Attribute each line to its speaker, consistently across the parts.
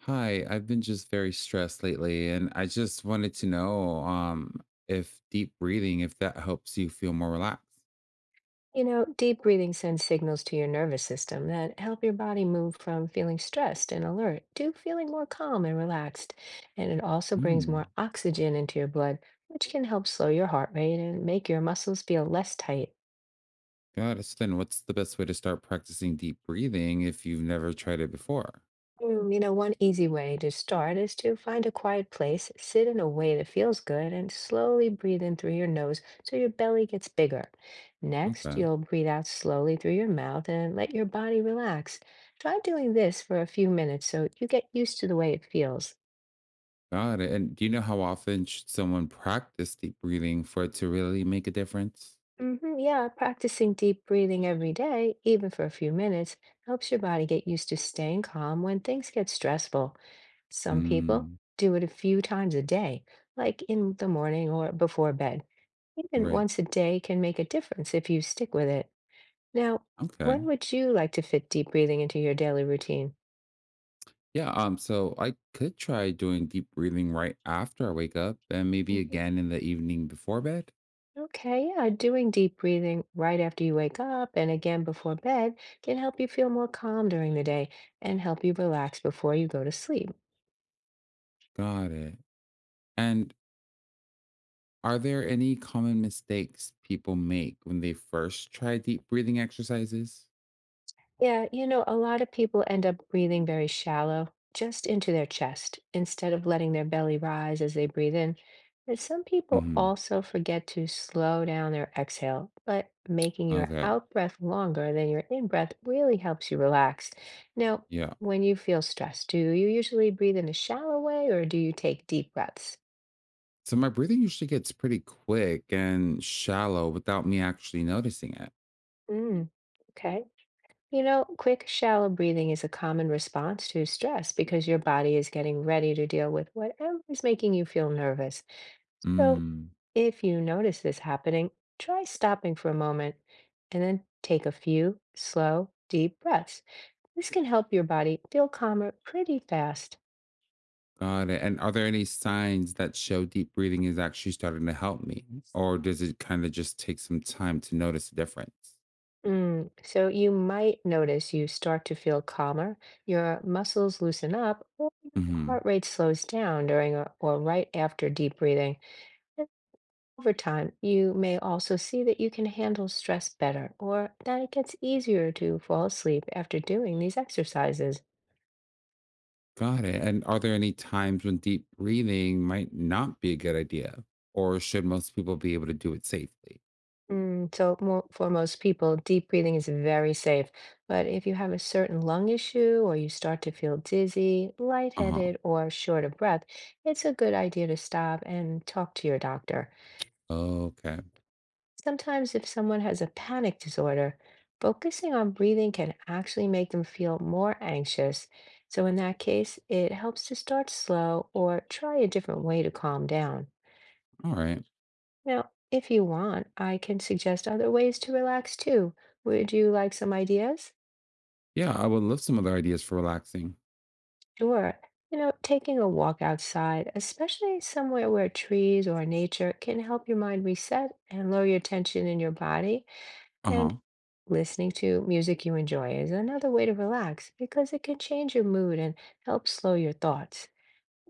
Speaker 1: Hi, I've been just very stressed lately, and I just wanted to know if deep breathing, if that helps you feel more relaxed.
Speaker 2: You know, deep breathing sends signals to your nervous system that help your body move from feeling stressed and alert to feeling more calm and relaxed. And it also brings more
Speaker 1: Mm.
Speaker 2: oxygen into your blood, which can help slow your heart rate and make your muscles feel less tight.
Speaker 1: Got it. So then what's the best way to start practicing deep breathing if you've never tried it before?
Speaker 2: You know, one easy way to start is to find a quiet place, sit in a way that feels good, and slowly breathe in through your nose so your belly gets bigger. Next,
Speaker 1: Okay.
Speaker 2: you'll breathe out slowly through your mouth and let your body relax. Try doing this for a few minutes so you get used to the way it feels.
Speaker 1: Got it. And do you know how often should someone practice deep breathing for it to really make a difference?
Speaker 2: Hmm, yeah, practicing deep breathing every day, even for a few minutes, helps your body get used to staying calm when things get stressful. Some people
Speaker 1: Mm.
Speaker 2: do it a few times a day, like in the morning or before bed. Even
Speaker 1: Right.
Speaker 2: once a day can make a difference if you stick with it. Now,
Speaker 1: Okay.
Speaker 2: when would you like to fit deep breathing into your daily routine?
Speaker 1: Yeah, so I could try doing deep breathing right after I wake up and maybe again in the evening before bed.
Speaker 2: Okay, yeah, doing deep breathing right after you wake up and again before bed can help you feel more calm during the day and help you relax before you go to sleep.
Speaker 1: Got it. And are there any common mistakes people make when they first try deep breathing exercises?
Speaker 2: Yeah, you know, a lot of people end up breathing very shallow, just into their chest, instead of letting their belly rise as they breathe in. And some people
Speaker 1: Hmm.
Speaker 2: also forget to slow down their exhale, but making your
Speaker 1: Okay.
Speaker 2: out breath longer than your in breath really helps you relax. Now,
Speaker 1: Yeah.
Speaker 2: when you feel stressed, do you usually breathe in a shallow way or do you take deep breaths?
Speaker 1: So my breathing usually gets pretty quick and shallow without me actually noticing it.
Speaker 2: Mm, okay. You know, quick, shallow breathing is a common response to stress because your body is getting ready to deal with whatever is making you feel nervous. So,
Speaker 1: Mm,
Speaker 2: if you notice this happening, try stopping for a moment and then take a few slow, deep breaths. This can help your body feel calmer pretty fast.
Speaker 1: got it. And are there any signs that show deep breathing is actually starting to help me? Or does it kind of just take some time to notice the difference?
Speaker 2: So, you might notice you start to feel calmer, your muscles loosen up, or your heart rate slows down during or right after deep breathing. Over time, you may also see that you can handle stress better or that it gets easier to fall asleep after doing these exercises.
Speaker 1: Got it. And are there any times when deep breathing might not be a good idea? Or should most people be able to do it safely?
Speaker 2: So, mo for most people, deep breathing is very safe. But if you have a certain lung issue or you start to feel dizzy,
Speaker 1: Uh huh.
Speaker 2: lightheaded, or short of breath, it's a good idea to stop and talk to your doctor.
Speaker 1: Okay.
Speaker 2: Sometimes, if someone has a panic disorder, focusing on breathing can actually make them feel more anxious. So, in that case, it helps to start slow or try a different way to calm down.
Speaker 1: All right.
Speaker 2: Now, if you want, I can suggest other ways to relax too. Would you like some ideas?
Speaker 1: Yeah, I would love some other ideas for relaxing.
Speaker 2: Sure. You know, taking a walk outside, especially somewhere where trees or nature can help your mind reset and lower your tension in your body.
Speaker 1: Uh huh.
Speaker 2: And listening to music you enjoy is another way to relax because it can change your mood and help slow your thoughts.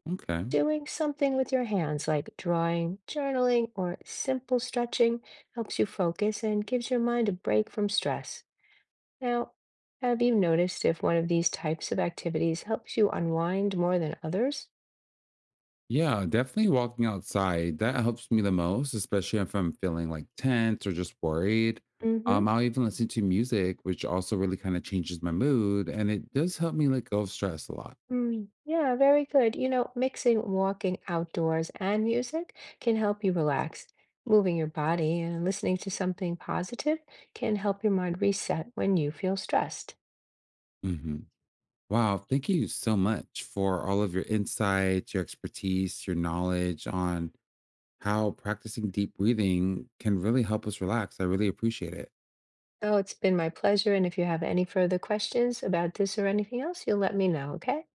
Speaker 1: Okay.
Speaker 2: Doing something with your hands like drawing, journaling, or simple stretching helps you focus and gives your mind a break from stress. Now, have you noticed if one of these types of activities helps you unwind more than others?
Speaker 1: Yeah, definitely walking outside. That helps me the most, especially if I'm feeling like tense or just worried.
Speaker 2: Mm-hmm.
Speaker 1: I'll even listen to music, which also really kind of changes my mood. And it does help me let go of stress a lot.
Speaker 2: Yeah, very good. You know, mixing walking outdoors and music can help you relax. Moving your body and listening to something positive can help your mind reset when you feel stressed.
Speaker 1: Hmm. Wow, thank you so much for all of your insights, your expertise, your knowledge on how practicing deep breathing can really help us relax. I really appreciate it.
Speaker 2: Oh, it's been my pleasure. And if you have any further questions about this or anything else, you'll let me know, okay?